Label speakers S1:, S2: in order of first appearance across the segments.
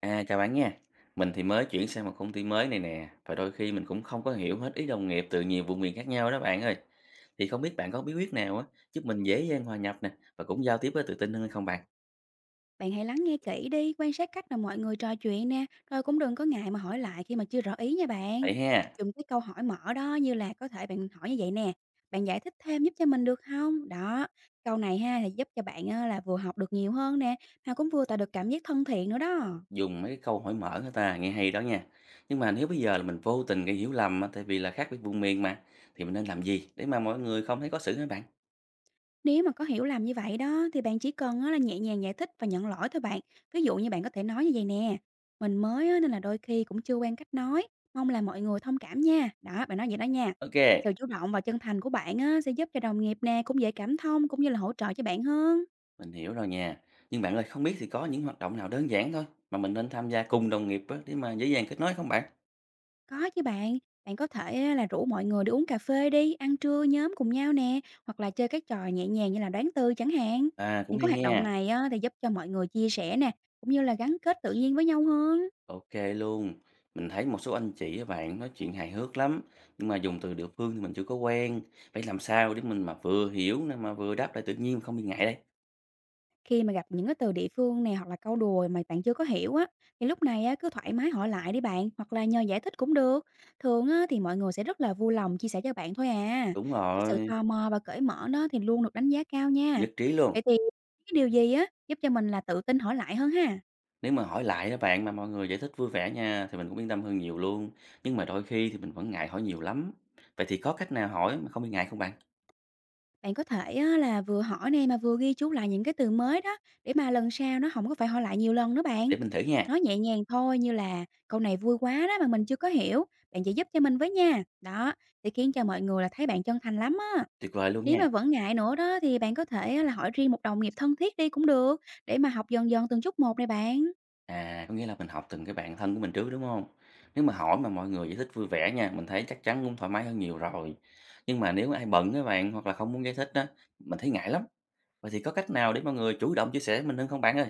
S1: À, chào bạn nha. Mình thì mới chuyển sang một công ty mới này nè, và đôi khi mình cũng không có hiểu hết ý đồng nghiệp từ nhiều vùng miền khác nhau đó bạn ơi. Thì không biết bạn có bí quyết nào á giúp mình dễ dàng hòa nhập nè và cũng giao tiếp với tự tin hơn hay không bạn?
S2: Bạn hãy lắng nghe kỹ đi, quan sát cách mà mọi người trò chuyện nè, rồi cũng đừng có ngại mà hỏi lại khi mà chưa rõ ý nha bạn.
S1: Vậy ha,
S2: Dùng cái câu hỏi mở đó, như là có thể bạn hỏi như vậy nè, bạn giải thích thêm giúp cho mình được không? Đó, câu này ha thì giúp cho bạn là vừa học được nhiều hơn nè, mà cũng vừa tạo được cảm giác thân thiện nữa đó.
S1: dùng mấy cái câu hỏi mở hả ta, nghe hay đó nha. Nhưng mà nếu bây giờ là mình vô tình gây hiểu lầm á, tại vì là khác biệt vùng miền mà thì mình nên làm gì để mà mọi người không thấy khó xử hả bạn?
S2: Nếu mà có hiểu lầm như vậy đó thì bạn chỉ cần á là nhẹ nhàng giải thích và nhận lỗi thôi bạn. Ví dụ như bạn có thể nói như vậy nè, mình mới á nên là đôi khi cũng chưa quen cách nói, mong là mọi người thông cảm nha. Đó, bạn nói vậy đó nha.
S1: Ok,
S2: Sự chủ động và chân thành của bạn á sẽ giúp cho đồng nghiệp nè cũng dễ cảm thông, cũng như là hỗ trợ cho bạn hơn.
S1: mình hiểu rồi nha. Nhưng bạn ơi, không biết thì có những hoạt động nào đơn giản thôi mà mình nên tham gia cùng đồng nghiệp á để mà dễ dàng kết nối không bạn?
S2: Có chứ bạn, bạn có thể á là rủ mọi người đi uống cà phê đi, ăn trưa nhóm cùng nhau nè, hoặc là chơi các trò nhẹ nhàng như là đoán tư chẳng hạn.
S1: À cũng
S2: Những
S1: hay
S2: cái hoạt
S1: nha.
S2: động này á thì giúp cho mọi người chia sẻ nè, cũng như là gắn kết tự nhiên với nhau hơn.
S1: Ok luôn. Mình thấy một số anh chị và bạn nói chuyện hài hước lắm, nhưng mà dùng từ địa phương thì mình chưa có quen. Phải làm sao để mình mà vừa hiểu nè mà vừa đáp lại tự nhiên không bị ngại đây.
S2: Khi mà gặp những cái từ địa phương này hoặc là câu đùa mà bạn chưa có hiểu á, thì lúc này á, cứ thoải mái hỏi lại đi bạn, hoặc là nhờ giải thích cũng được. Thường á, thì mọi người sẽ rất là vui lòng chia sẻ cho bạn thôi à.
S1: Đúng
S2: Cái sự
S1: rồi,
S2: tò mò và cởi mở đó thì luôn được đánh giá cao nha.
S1: nhất trí luôn.
S2: Vậy thì cái điều gì á giúp cho mình là tự tin hỏi lại hơn ha?
S1: Nếu mà hỏi lại đó bạn mà mọi người giải thích vui vẻ nha thì mình cũng yên tâm hơn nhiều luôn. Nhưng mà đôi khi thì mình vẫn ngại hỏi nhiều lắm. Vậy thì có cách nào hỏi mà không bị ngại không bạn?
S2: Bạn có thể á, là vừa hỏi nè mà vừa ghi chú lại những cái từ mới đó, để mà lần sau nó không có phải hỏi lại nhiều lần nữa bạn.
S1: Để mình thử nha.
S2: Nói nhẹ nhàng thôi, như là câu này vui quá đó mà mình chưa có hiểu, bạn giải giúp cho mình với nha. Đó, sẽ khiến cho mọi người là thấy bạn chân thành lắm á.
S1: Tuyệt vời luôn
S2: Nếu
S1: nha.
S2: mà vẫn ngại nữa đó thì bạn có thể á, là hỏi riêng một đồng nghiệp thân thiết đi cũng được, để mà học dần dần từng chút một này bạn.
S1: À, có nghĩa là mình học từng cái bạn thân của mình trước, đúng không? Nếu mà hỏi mà mọi người giải thích vui vẻ nha, mình thấy chắc chắn cũng thoải mái hơn nhiều rồi. Nhưng mà nếu ai bận các bạn, hoặc là không muốn giải thích đó mình thấy ngại lắm. Vậy thì có cách nào để mọi người chủ động chia sẻ với mình hơn không bạn ơi?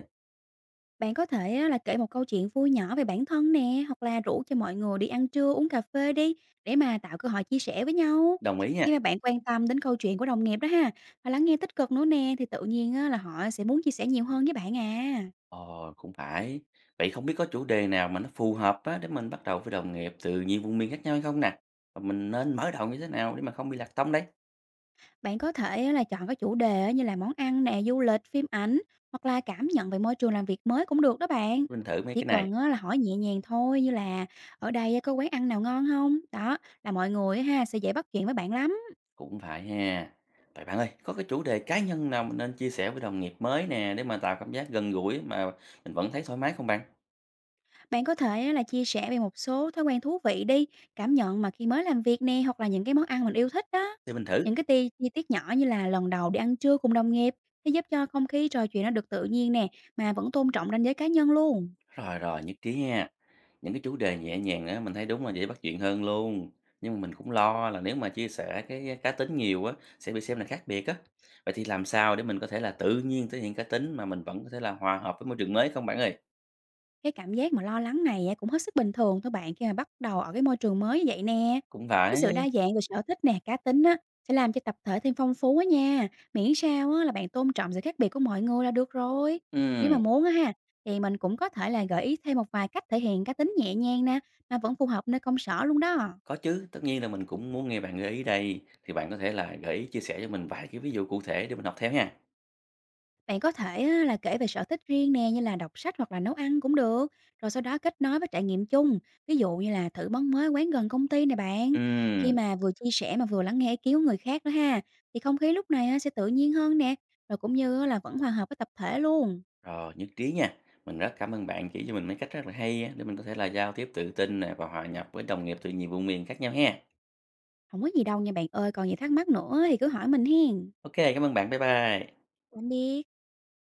S2: Bạn có thể á, là kể một câu chuyện vui nhỏ về bản thân nè, hoặc là rủ cho mọi người đi ăn trưa, uống cà phê đi, để mà tạo cơ hội chia sẻ với nhau.
S1: Đồng ý nha.
S2: Khi mà bạn quan tâm đến câu chuyện của đồng nghiệp đó ha, và lắng nghe tích cực nữa nè, thì tự nhiên á, là họ sẽ muốn chia sẻ nhiều hơn với bạn à.
S1: Ờ, cũng phải. Vậy không biết có chủ đề nào mà nó phù hợp á, để mình bắt đầu với đồng nghiệp từ nhiều vùng miền khác nhau hay không nè? Và mình nên mở đầu như thế nào để mà không bị lạc tông đấy.
S2: Bạn có thể á, là chọn các chủ đề á, như là món ăn nè, du lịch, phim ảnh, hoặc là cảm nhận về môi trường làm việc mới cũng được đó bạn.
S1: Mình thử mấy
S2: Chỉ
S1: cái này.
S2: cần á, là hỏi nhẹ nhàng thôi, như là ở đây á, có quán ăn nào ngon không? Đó là mọi người á ha sẽ dễ bắt chuyện với bạn lắm.
S1: Cũng phải ha. Vậy bạn ơi, có cái chủ đề cá nhân nào mình nên chia sẻ với đồng nghiệp mới nè để mà tạo cảm giác gần gũi mà mình vẫn thấy thoải mái không bạn?
S2: Bạn có thể á là chia sẻ về một số thói quen thú vị đi, cảm nhận mà khi mới làm việc nè, hoặc là những cái món ăn mình yêu thích đó.
S1: Để mình thử.
S2: Những cái ti chi tiết nhỏ như là lần đầu đi ăn trưa cùng đồng nghiệp, sẽ giúp cho không khí trò chuyện nó được tự nhiên nè, mà vẫn tôn trọng ranh giới cá nhân luôn.
S1: Rồi rồi, nhất trí ha. Những cái chủ đề nhẹ nhàng á mình thấy đúng là dễ bắt chuyện hơn luôn. Nhưng mà mình cũng lo là nếu mà chia sẻ cái cá tính nhiều á sẽ bị xem là khác biệt á. Vậy thì làm sao để mình có thể là tự nhiên thể hiện cá tính mà mình vẫn có thể là hòa hợp với môi trường mới không bạn ơi?
S2: Cái cảm giác mà lo lắng này á, cũng hết sức bình thường thôi bạn, khi mà bắt đầu ở cái môi trường mới như vậy nè.
S1: Cũng
S2: Cái
S1: phải.
S2: sự đa dạng về sở thích nè, cá tính á, sẽ làm cho tập thể thêm phong phú á nha. Miễn sao á, là bạn tôn trọng sự khác biệt của mọi người là được rồi. Nếu
S1: Ừ.
S2: mà muốn á ha, thì mình cũng có thể là gợi ý thêm một vài cách thể hiện cá tính nhẹ nhàng nè, mà vẫn phù hợp nơi công sở luôn đó.
S1: Có chứ, tất nhiên là mình cũng muốn nghe bạn gợi ý đây, thì bạn có thể là gợi ý chia sẻ cho mình vài cái ví dụ cụ thể để mình học theo nha.
S2: Bạn có thể á, là kể về sở thích riêng nè, như là đọc sách hoặc là nấu ăn cũng được, rồi sau đó kết nối với trải nghiệm chung, ví dụ như là thử món mới quán gần công ty này bạn. Khi
S1: Ừm,
S2: mà vừa chia sẻ mà vừa lắng nghe ý kiến của người khác đó ha, thì không khí lúc này á, sẽ tự nhiên hơn nè, rồi cũng như á, là vẫn hòa hợp với tập thể luôn.
S1: rồi, nhất trí nha. Mình rất cảm ơn bạn chỉ cho mình mấy cách rất là hay á, để mình có thể là giao tiếp tự tin nè và hòa nhập với đồng nghiệp từ nhiều vùng miền khác nhau ha.
S2: Không có gì đâu nha bạn ơi, còn gì thắc mắc nữa thì cứ hỏi mình hiền.
S1: Ok, cảm ơn bạn, bye bye.
S2: Tạm biệt.